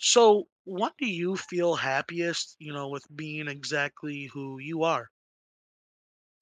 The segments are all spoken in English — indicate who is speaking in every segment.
Speaker 1: So, what do you feel happiest, you know, with being exactly who you are?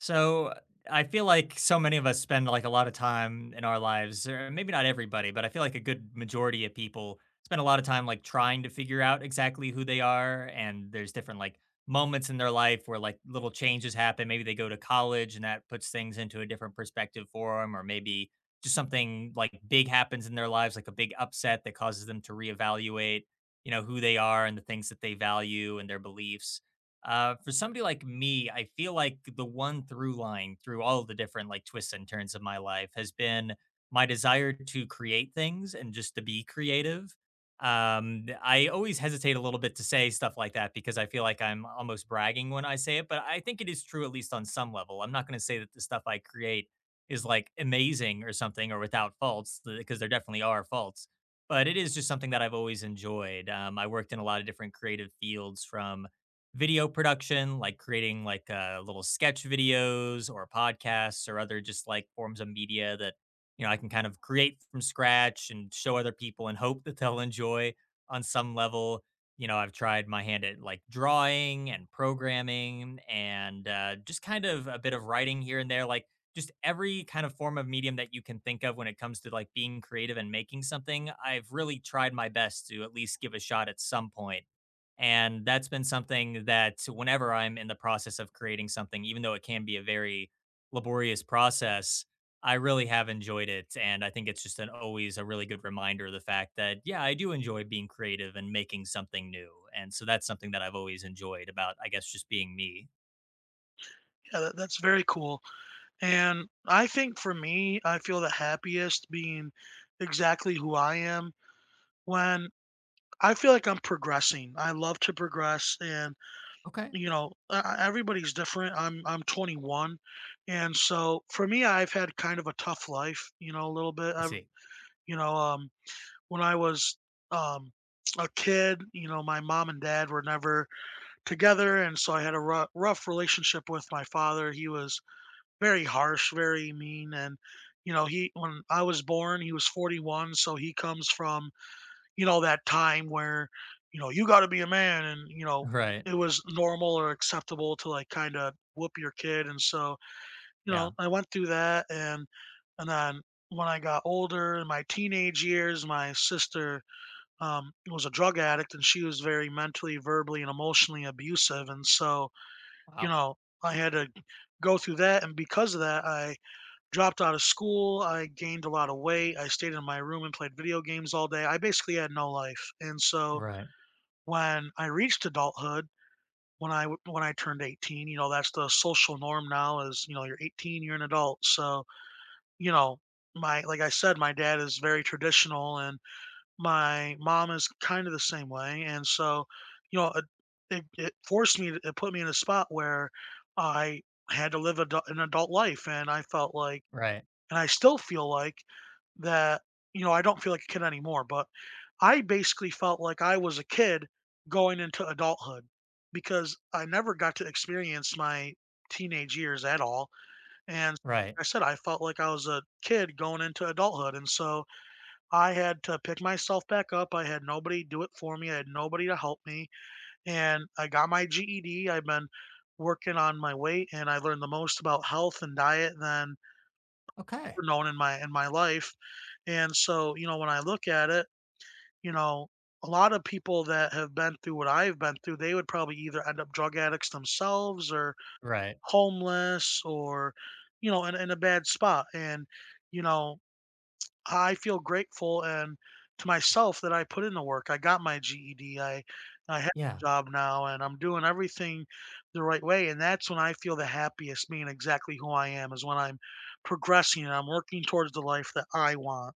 Speaker 2: So I feel like so many of us spend like a lot of time in our lives, or maybe not everybody, but I feel like a good majority of people spend a lot of time like trying to figure out exactly who they are. And there's different like moments in their life where like little changes happen. Maybe they go to college and that puts things into a different perspective for them, or maybe just something like big happens in their lives, like a big upset that causes them to reevaluate, you know, who they are and the things that they value and their beliefs. For somebody like me, I feel like the one through line through all the different like twists and turns of my life has been my desire to create things and just to be creative. I always hesitate a little bit to say stuff like that because I feel like I'm almost bragging when I say it, but I think it is true at least on some level. I'm not going to say that the stuff I create is like amazing or something or without faults because there definitely are faults, but it is just something that I've always enjoyed. I worked in a lot of different creative fields from video production, like creating like little sketch videos or podcasts or other just like forms of media that you know I can kind of create from scratch and show other people and hope that they'll enjoy on some level. You know, I've tried my hand at like drawing and programming and just kind of a bit of writing here and there, like just every kind of form of medium that you can think of when it comes to like being creative and making something. I've really tried my best to at least give a shot at some point and that's been something that whenever I'm in the process of creating something, even though it can be a very laborious process, I really have enjoyed it. And I think it's just an always a really good reminder of the fact that, yeah, I do enjoy being creative and making something new. And so that's something that I've always enjoyed about, I guess, just being me.
Speaker 1: Yeah, that's very cool. And I think for me, I feel the happiest being exactly who I am when I feel like I'm progressing. I love to progress, and
Speaker 2: Okay.
Speaker 1: you know, everybody's different. I'm 21, and so for me, I've had kind of a tough life, you know, a little bit.
Speaker 2: I
Speaker 1: I,
Speaker 2: see.
Speaker 1: you know, when I was um a kid, you know, my mom and dad were never together. And so I had a rough relationship with my father. He was very harsh, very mean. And, you know, he, when I was born, he was 41. So he comes from, you know, that time where, you know, you got to be a man. And, you know,
Speaker 2: Right.
Speaker 1: it was normal or acceptable to like kind of whoop your kid. And so, you
Speaker 2: Yeah.
Speaker 1: know, I went through that. And then, when I got older in my teenage years, my sister was a drug addict, and she was very mentally, verbally, and emotionally abusive. And so you
Speaker 2: Wow.
Speaker 1: know, I had to go through that, and because of that, I dropped out of school, I gained a lot of weight, I stayed in my room and played video games all day. I basically had no life, and so
Speaker 2: Right.
Speaker 1: when I reached adulthood, when I turned 18, you know, that's the social norm now is, you know, you're 18, you're an adult. So, you know, my like I said, my dad is very traditional and my mom is kind of the same way, and so, you know, it forced me to it put me in a spot where I had to live adu an adult life, and I felt like
Speaker 2: Right.
Speaker 1: and I still feel like that, you know, I don't feel like a kid anymore, but I basically felt like I was a kid going into adulthood because I never got to experience my teenage years at all, and
Speaker 2: Right.
Speaker 1: like I said, I felt like I was a kid going into adulthood, and so I had to pick myself back up. I had nobody do it for me. I had nobody to help me. And I got my GED. I've been working on my weight, and I learned the most about health and diet than
Speaker 2: Okay.
Speaker 1: ever known in my life. And so, you know, when I look at it, you know, a lot of people that have been through what I've been through, they would probably either end up drug addicts themselves or
Speaker 2: Right.
Speaker 1: homeless or, you know, in a bad spot. And, you know, I feel grateful and to myself that I put in the work. I got my GED. I have a
Speaker 2: Yeah.
Speaker 1: job now, and I'm doing everything the right way. And that's when I feel the happiest being exactly who I am, is when I'm progressing and I'm working towards the life that I want.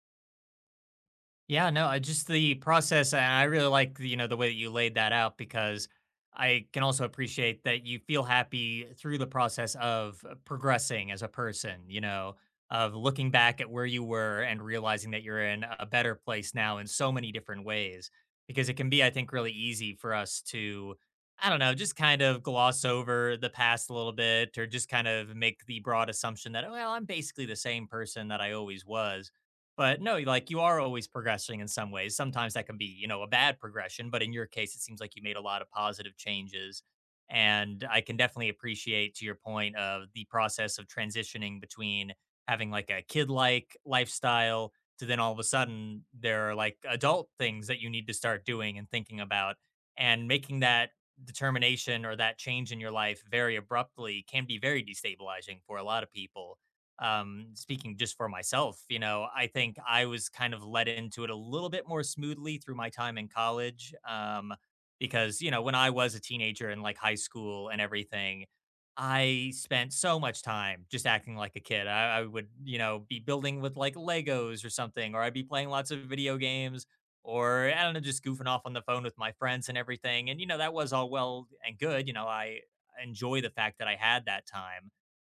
Speaker 2: Yeah, no, I just the process, and I really like the, you know the way that you laid that out because I can also appreciate that you feel happy through the process of progressing as a person. You know, of looking back at where you were and realizing that you're in a better place now in so many different ways. Because it can be, I think, really easy for us to, I don't know, just kind of gloss over the past a little bit, or just kind of make the broad assumption that, well, I'm basically the same person that I always was, but no, like you are always progressing in some ways. Sometimes that can be, you know, a bad progression, but in your case, it seems like you made a lot of positive changes. And I can definitely appreciate to your point of the process of transitioning between having like a kid like lifestyle to then all of a sudden there are like adult things that you need to start doing and thinking about and making that determination or that change in your life very abruptly can be very destabilizing for a lot of people. Speaking just for myself, you know, I think I was kind of led into it a little bit more smoothly through my time in college. Because, you know, when I was a teenager in like high school and everything, I spent so much time just acting like a kid, I would, you know, be building with like legos or something or I'd be playing lots of video games or I don't know, just goofing off on the phone with my friends and everything, and you know that was all well and good. You know, I enjoy the fact that I had that time,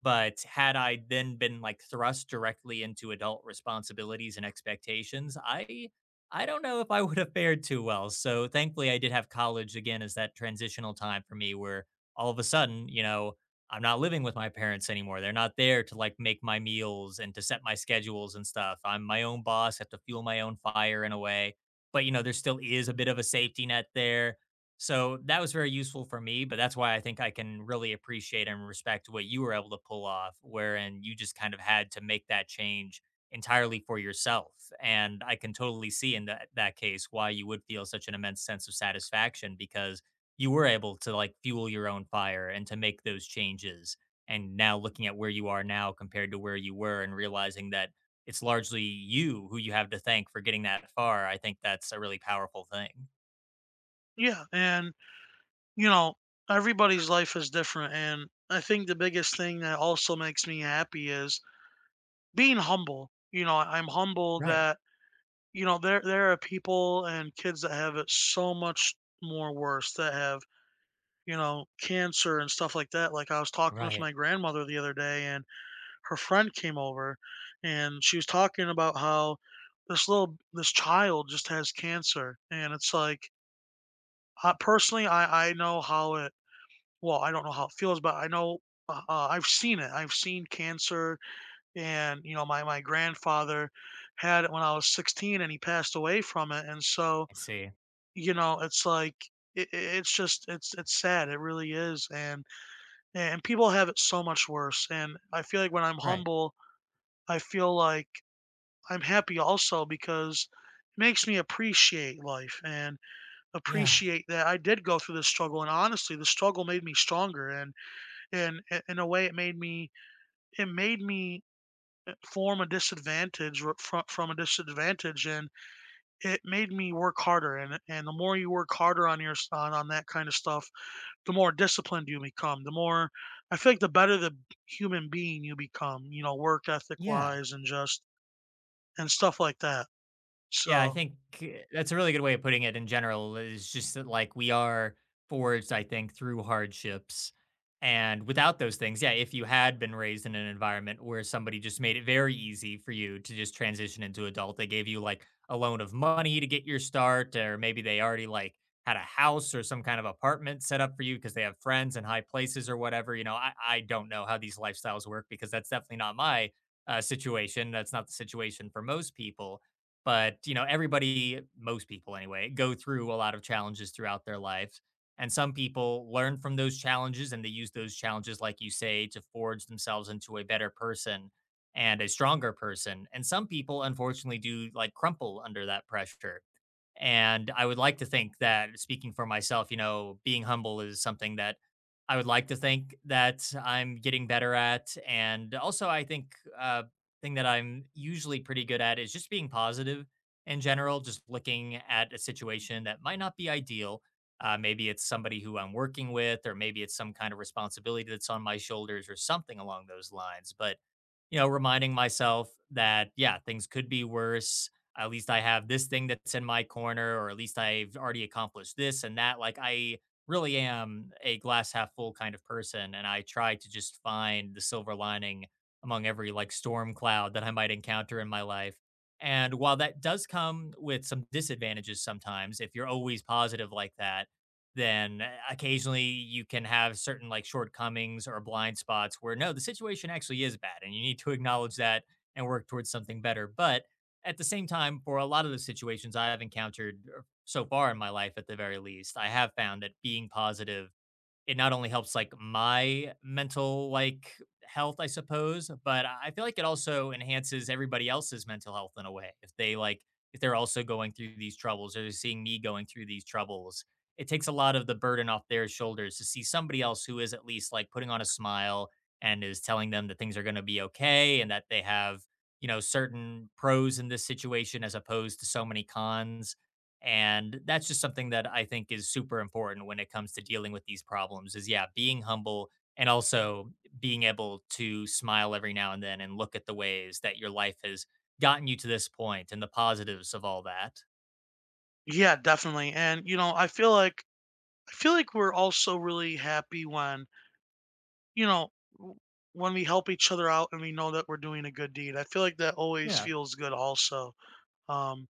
Speaker 2: but had I then been like thrust directly into adult responsibilities and expectations, I don't know if I would have fared too well. So thankfully I did have college again as that transitional time for me where all of a sudden, you know, I'm not living with my parents anymore. They're not there to like make my meals and to set my schedules and stuff. I'm my own boss, have to fuel my own fire in a way. But you know, there still is a bit of a safety net there, so that was very useful for me, but that's why I think I can really appreciate and respect what you were able to pull off, wherein you just kind of had to make that change entirely for yourself. And I can totally see in that case why you would feel such an immense sense of satisfaction because you were able to like fuel your own fire and to make those changes. And now looking at where you are now compared to where you were and realizing that it's largely you who you have to thank for getting that far, I think that's a really powerful thing.
Speaker 1: Yeah. And you know, everybody's life is different. And I think the biggest thing that also makes me happy is being humble. You know, I'm humble
Speaker 2: Right,
Speaker 1: that you know there are people and kids that have it so much more worse that have you know, cancer and stuff like that. Like I was talking with
Speaker 2: right.
Speaker 1: my grandmother the other day and her friend came over, and she was talking about how this child just has cancer, and it's like I, personally I know how it well, I don't know how it feels, but I know I've seen it. I've seen cancer. And you know, my grandfather had it when I was 16, and he passed away from it. And so,
Speaker 2: I see.
Speaker 1: you know, it's like it's just it's sad. It really is. And people have it so much worse. And I feel like when I'm
Speaker 2: Right.
Speaker 1: humble, I feel like I'm happy also because it makes me appreciate life and
Speaker 2: Yeah.
Speaker 1: appreciate that I did go through this struggle. And honestly, the struggle made me stronger. And in a way, it made me form a disadvantage r- from a disadvantage, and it made me work harder. And the more you work harder on that kind of stuff, the more disciplined you become, the more I think the better the human being you become, you know, work ethic
Speaker 2: Yeah.
Speaker 1: wise, and just and stuff like that.
Speaker 2: Yeah, I
Speaker 1: So
Speaker 2: think uh, that's a really good way of putting it in general is just that like we are forged, I think, through hardships. And without those things, yeah, if you had been raised in an environment where somebody just made it very easy for you to just transition into adult, they gave you like a loan of money to get your start, or maybe they already like had a house or some kind of apartment set up for you because they have friends in high places or whatever. You know, I don't know how these lifestyles work because that's definitely not my situation. That's not the situation for most people, but, you know, everybody, most people anyway, go through a lot of challenges throughout their lives. And some people learn from those challenges and they use those challenges, like you say, to forge themselves into a better person and a stronger person. And some people, unfortunately, do like crumple under that pressure. And I would like to think that speaking for myself, you know, being humble is something that I would like to think that I'm getting better at. And also, I think thing that I'm usually pretty good at is just being positive in general, just looking at a situation that might not be ideal. Maybe it's somebody who I'm working with, or maybe it's some kind of responsibility that's on my shoulders, or something along those lines. But you know, reminding myself that, yeah, things could be worse. At least I have this thing that's in my corner, or at least I've already accomplished this and that. Like, I really am a glass half full kind of person. And I try to just find the silver lining among every like storm cloud that I might encounter in my life. And while that does come with some disadvantages sometimes, if you're always positive like that, then occasionally you can have certain like shortcomings or blind spots where no, the situation actually is bad and you need to acknowledge that and work towards something better. But at the same time, for a lot of the situations I have encountered so far in my life, at the very least, I have found that being positive, it not only helps like my mental like health I suppose, but I feel like it also enhances everybody else's mental health in a way. If they like, if they're also going through these troubles or they're seeing me going through these troubles, it takes a lot of the burden off their shoulders to see somebody else who is at least like putting on a smile and is telling them that things are going to be okay and that they have, you know, certain pros in this situation as opposed to so many cons. And that's just something that I think is super important when it comes to dealing with these problems is, yeah, being humble and also being able to smile every now and then and look at the ways that your life has gotten you to this point and the positives of all that.
Speaker 1: yeah, definitely. And you know, I feel like we're also really happy when, you know, w- when we help each other out and we know that we're doing a good deed. I feel like that always
Speaker 2: Yeah,
Speaker 1: feels good also. Um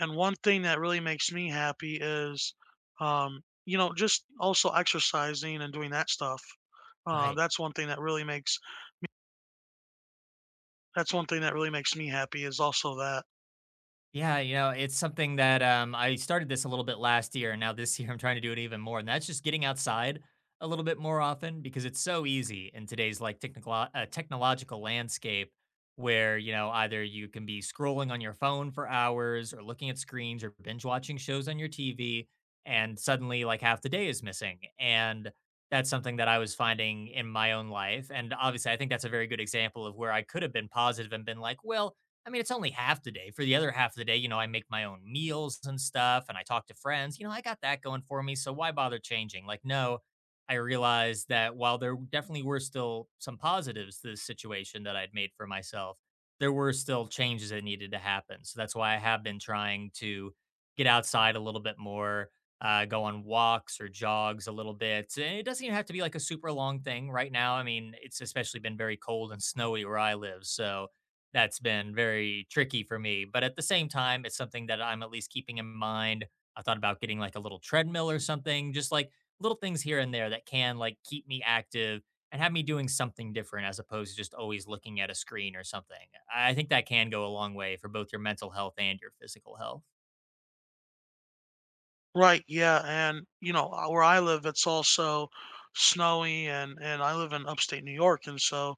Speaker 1: and one thing that really makes me happy is um you know, just also exercising and doing that stuff. Uh,
Speaker 2: right.
Speaker 1: that's one thing that really makes That's one thing that really makes me happy is also that.
Speaker 2: Yeah, you know, it's something that I started this a little bit last year, and now this year I'm trying to do it even more. And that's just getting outside a little bit more often because it's so easy in today's like technical technological landscape, where you know either you can be scrolling on your phone for hours, or looking at screens, or binge watching shows on your TV, and suddenly like half the day is missing. And that's something that I was finding in my own life. And obviously, I think that's a very good example of where I could have been positive and been like, well, I mean, it's only half the day. For the other half of the day, you know, I make my own meals and stuff and I talk to friends. You know, I got that going for me. So why bother changing? Like, no, I realized that while there definitely were still some positives to this situation that I'd made for myself, there were still changes that needed to happen. So that's why I have been trying to get outside a little bit more, go on walks or jogs a little bit. And it doesn't even have to be like a super long thing right now. I mean, it's especially been very cold and snowy where I live. So, that's been very tricky for me. But at the same time, it's something that I'm at least keeping in mind. I thought about getting like a little treadmill or something, just like little things here and there that can like keep me active and have me doing something different as opposed to just always looking at a screen or something. I think that can go a long way for both your mental health and your physical health.
Speaker 1: Right, yeah, and you know, where I live, it's also snowy and I live in upstate New York, and so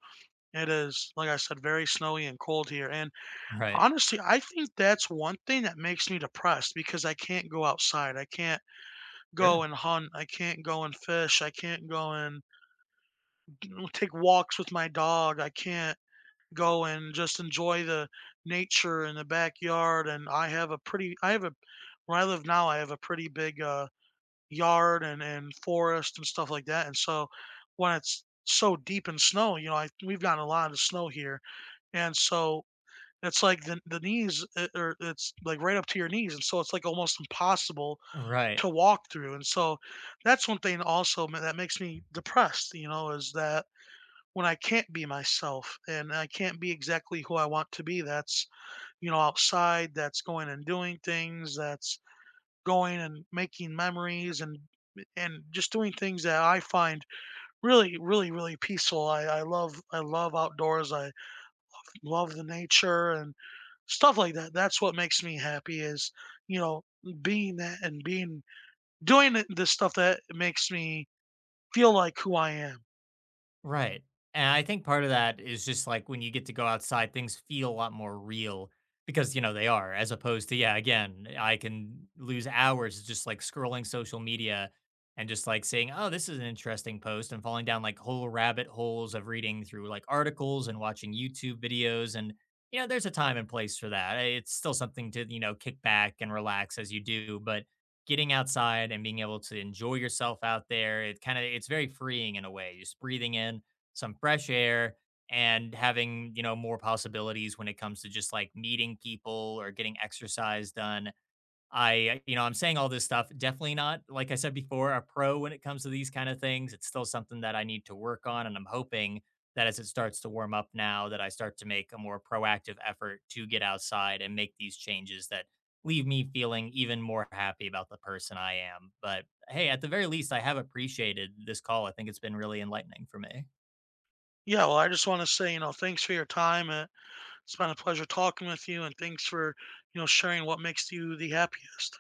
Speaker 1: it is, like I said, very snowy and cold here. And
Speaker 2: Right.
Speaker 1: honestly, I think that's one thing that makes me depressed because I can't go outside. I can't go
Speaker 2: Sure.
Speaker 1: and hunt. I can't go and fish. I can't go and take walks with my dog. I can't go and just enjoy the nature in the backyard. And I have a where I live now, I have a pretty big yard and forest and stuff like that. And so when it's so deep in snow, you know, I, we've gotten a lot of snow here. And so it's like the knees, or it's like right up to your knees. And so it's like almost impossible
Speaker 2: Right.
Speaker 1: to walk through. And so that's one thing also that makes me depressed, you know, is that when I can't be myself and I can't be exactly who I want to be, that's, you know, outside, that's going and doing things, that's going and making memories and just doing things that I find really, really, really peaceful. I love outdoors. I love the nature and stuff like that. That's what makes me happy is, you know, being that and being the stuff that makes me feel like who I am.
Speaker 2: Right. And I think part of that is just like when you get to go outside, things feel a lot more real because, you know, they are, as opposed to, yeah, again, I can lose hours just like scrolling social media and just like saying, oh, this is an interesting post and falling down like whole rabbit holes of reading through like articles and watching YouTube videos. And, you know, there's a time and place for that. It's still something to, you know, kick back and relax as you do. But getting outside and being able to enjoy yourself out there, it kind of, it's very freeing in a way, just breathing in some fresh air and having you know more possibilities when it comes to just like meeting people or getting exercise done. I, you know, I'm saying all this stuff. Definitely not, like I said before, a pro when it comes to these kind of things. It's still something that I need to work on. And I'm hoping that as it starts to warm up now, that I start to make a more proactive effort to get outside and make these changes that leave me feeling even more happy about the person I am. But hey, at the very least, I have appreciated this call. I think it's been really enlightening for me.
Speaker 1: Yeah, well, I just want to say, you know, thanks for your time. It's been a pleasure talking with you, and thanks for, you know, sharing what makes you the happiest.